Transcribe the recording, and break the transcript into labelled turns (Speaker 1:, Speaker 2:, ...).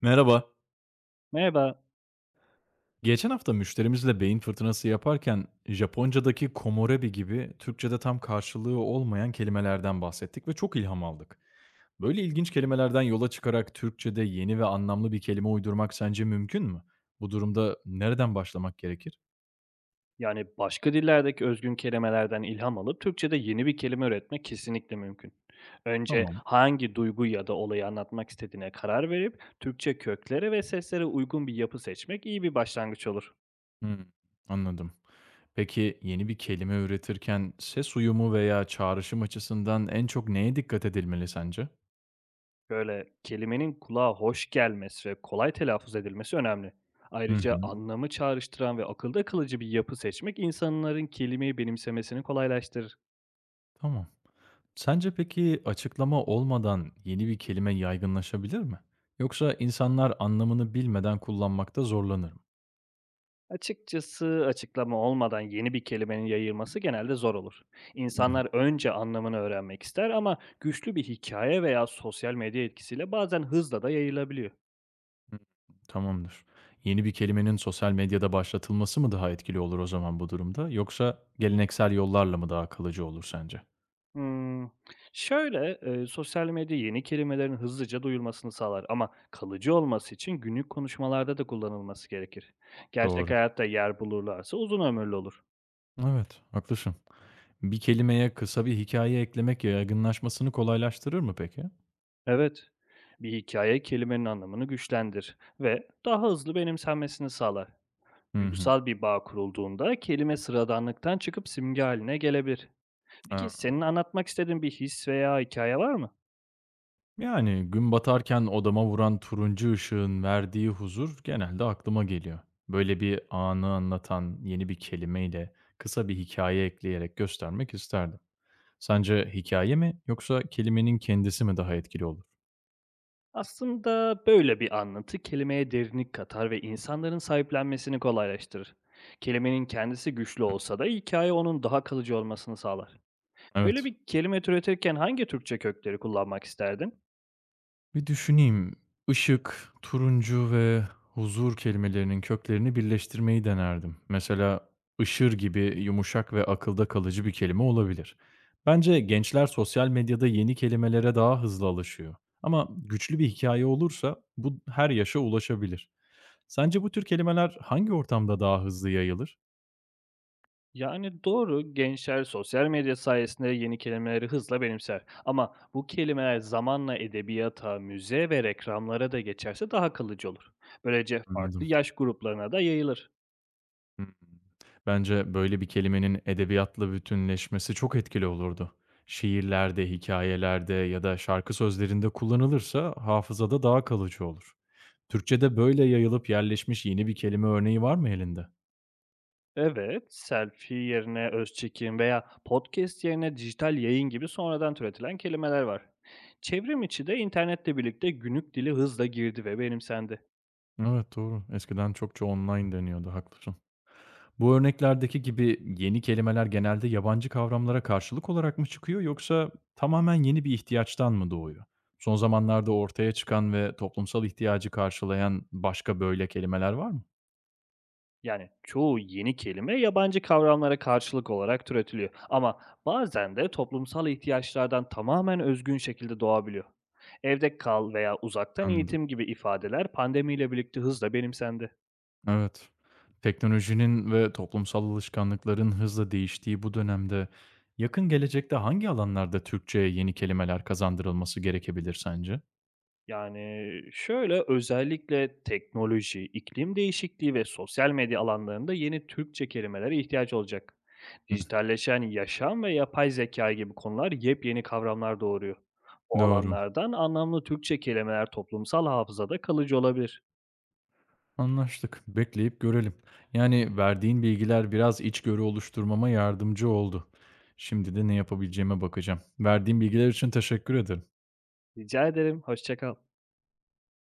Speaker 1: Merhaba.
Speaker 2: Merhaba.
Speaker 1: Geçen hafta müşterimizle beyin fırtınası yaparken Japonca'daki komorebi gibi Türkçe'de tam karşılığı olmayan kelimelerden bahsettik ve çok ilham aldık. Böyle ilginç kelimelerden yola çıkarak Türkçe'de yeni ve anlamlı bir kelime uydurmak sence mümkün mü? Bu durumda nereden başlamak gerekir?
Speaker 2: Yani başka dillerdeki özgün kelimelerden ilham alıp Türkçe'de yeni bir kelime üretmek kesinlikle mümkün. Önce
Speaker 1: Tamam.
Speaker 2: hangi duygu ya da olayı anlatmak istediğine karar verip Türkçe köklere ve seslere uygun bir yapı seçmek iyi bir başlangıç olur.
Speaker 1: Hmm, anladım. Peki yeni bir kelime üretirken ses uyumu veya çağrışım açısından en çok neye dikkat edilmeli sence?
Speaker 2: Böyle kelimenin kulağa hoş gelmesi ve kolay telaffuz edilmesi önemli.
Speaker 1: Hı
Speaker 2: Ayrıca
Speaker 1: hı.
Speaker 2: anlamı çağrıştıran ve akılda kalıcı bir yapı seçmek insanların kelimeyi benimsemesini kolaylaştırır.
Speaker 1: Tamam. Sence peki açıklama olmadan yeni bir kelime yaygınlaşabilir mi? Yoksa insanlar anlamını bilmeden kullanmakta zorlanır mı?
Speaker 2: Açıkçası açıklama olmadan yeni bir kelimenin yayılması genelde zor olur.
Speaker 1: Hı hı.
Speaker 2: İnsanlar önce anlamını öğrenmek ister ama güçlü bir hikaye veya sosyal medya etkisiyle bazen hızla da yayılabiliyor.
Speaker 1: Hı. Tamamdır. Yeni bir kelimenin sosyal medyada başlatılması mı daha etkili olur o zaman bu durumda? Yoksa geleneksel yollarla mı daha kalıcı olur sence?
Speaker 2: Hmm, Şöyle, Sosyal medya yeni kelimelerin hızlıca duyulmasını sağlar ama kalıcı olması için günlük konuşmalarda da kullanılması gerekir. Gerçek
Speaker 1: Doğru.
Speaker 2: hayatta yer bulurlarsa uzun ömürlü olur.
Speaker 1: Evet, haklısın. Bir kelimeye kısa bir hikaye eklemek yaygınlaşmasını kolaylaştırır mı peki?
Speaker 2: Evet, bir hikaye kelimenin anlamını güçlendir ve daha hızlı benimsenmesini sağlar.
Speaker 1: Hı hı.
Speaker 2: Duygusal bir bağ kurulduğunda kelime sıradanlıktan çıkıp simge haline gelebilir. Peki
Speaker 1: Ha.
Speaker 2: senin anlatmak istediğin bir his veya hikaye var mı?
Speaker 1: Yani gün batarken odama vuran turuncu ışığın verdiği huzur genelde aklıma geliyor. Böyle bir anı anlatan yeni bir kelimeyle kısa bir hikaye ekleyerek göstermek isterdim. Sence hikaye mi yoksa kelimenin kendisi mi daha etkili olur?
Speaker 2: Aslında böyle bir anlatı kelimeye derinlik katar ve insanların sahiplenmesini kolaylaştırır. Kelimenin kendisi güçlü
Speaker 1: Hı,
Speaker 2: olsa da hikaye onun daha kalıcı olmasını sağlar. Öyle
Speaker 1: evet.
Speaker 2: bir kelime türetirken hangi Türkçe kökleri kullanmak isterdin?
Speaker 1: Bir düşüneyim. Işık, turuncu ve huzur kelimelerinin köklerini birleştirmeyi denerdim. Mesela ışır gibi yumuşak ve akılda kalıcı bir kelime olabilir. Bence gençler sosyal medyada yeni kelimelere daha hızlı alışıyor. Ama güçlü bir hikaye olursa bu her yaşa ulaşabilir. Sence bu tür kelimeler hangi ortamda daha hızlı yayılır?
Speaker 2: Yani doğru, gençler sosyal medya sayesinde yeni kelimeleri hızla benimser. Ama bu kelimeler zamanla edebiyata, müziğe ve reklamlara da geçerse daha kalıcı olur. Böylece farklı
Speaker 1: Anladım.
Speaker 2: yaş gruplarına da yayılır.
Speaker 1: Hımm. Bence böyle bir kelimenin edebiyatla bütünleşmesi çok etkili olurdu. Şiirlerde, hikayelerde ya da şarkı sözlerinde kullanılırsa hafızada daha kalıcı olur. Türkçede böyle yayılıp yerleşmiş yeni bir kelime örneği var mı elinde?
Speaker 2: Evet, selfie yerine öz çekim veya podcast yerine dijital yayın gibi sonradan türetilen kelimeler var. Çevrim içi de internetle birlikte günlük dili hızla girdi ve benimsendi.
Speaker 1: Evet, doğru. Eskiden çokça online deniyordu, haklısın. Bu örneklerdeki gibi yeni kelimeler genelde yabancı kavramlara karşılık olarak mı çıkıyor yoksa tamamen yeni bir ihtiyaçtan mı doğuyor? Son zamanlarda ortaya çıkan ve toplumsal ihtiyacı karşılayan başka böyle kelimeler var mı?
Speaker 2: Yani çoğu yeni kelime yabancı kavramlara karşılık olarak türetiliyor ama bazen de toplumsal ihtiyaçlardan tamamen özgün şekilde doğabiliyor. Evde kal veya uzaktan
Speaker 1: Anladım.
Speaker 2: eğitim gibi ifadeler pandemiyle birlikte hızla benimsendi.
Speaker 1: Evet. Teknolojinin ve toplumsal alışkanlıkların hızla değiştiği bu dönemde yakın gelecekte hangi alanlarda Türkçe'ye yeni kelimeler kazandırılması gerekebilir sence?
Speaker 2: Özellikle teknoloji, iklim değişikliği ve sosyal medya alanlarında yeni Türkçe kelimelere ihtiyaç olacak.
Speaker 1: Hı,
Speaker 2: Dijitalleşen yaşam ve yapay zeka gibi konular yepyeni kavramlar doğuruyor. Bu
Speaker 1: doğru.
Speaker 2: alanlardan anlamlı Türkçe kelimeler toplumsal hafızada kalıcı olabilir.
Speaker 1: Anlaştık. Bekleyip görelim. Yani verdiğin bilgiler biraz içgörü oluşturmama yardımcı oldu. Şimdi de ne yapabileceğime bakacağım. Verdiğin bilgiler için teşekkür ederim.
Speaker 2: Rica ederim, hoşça kal.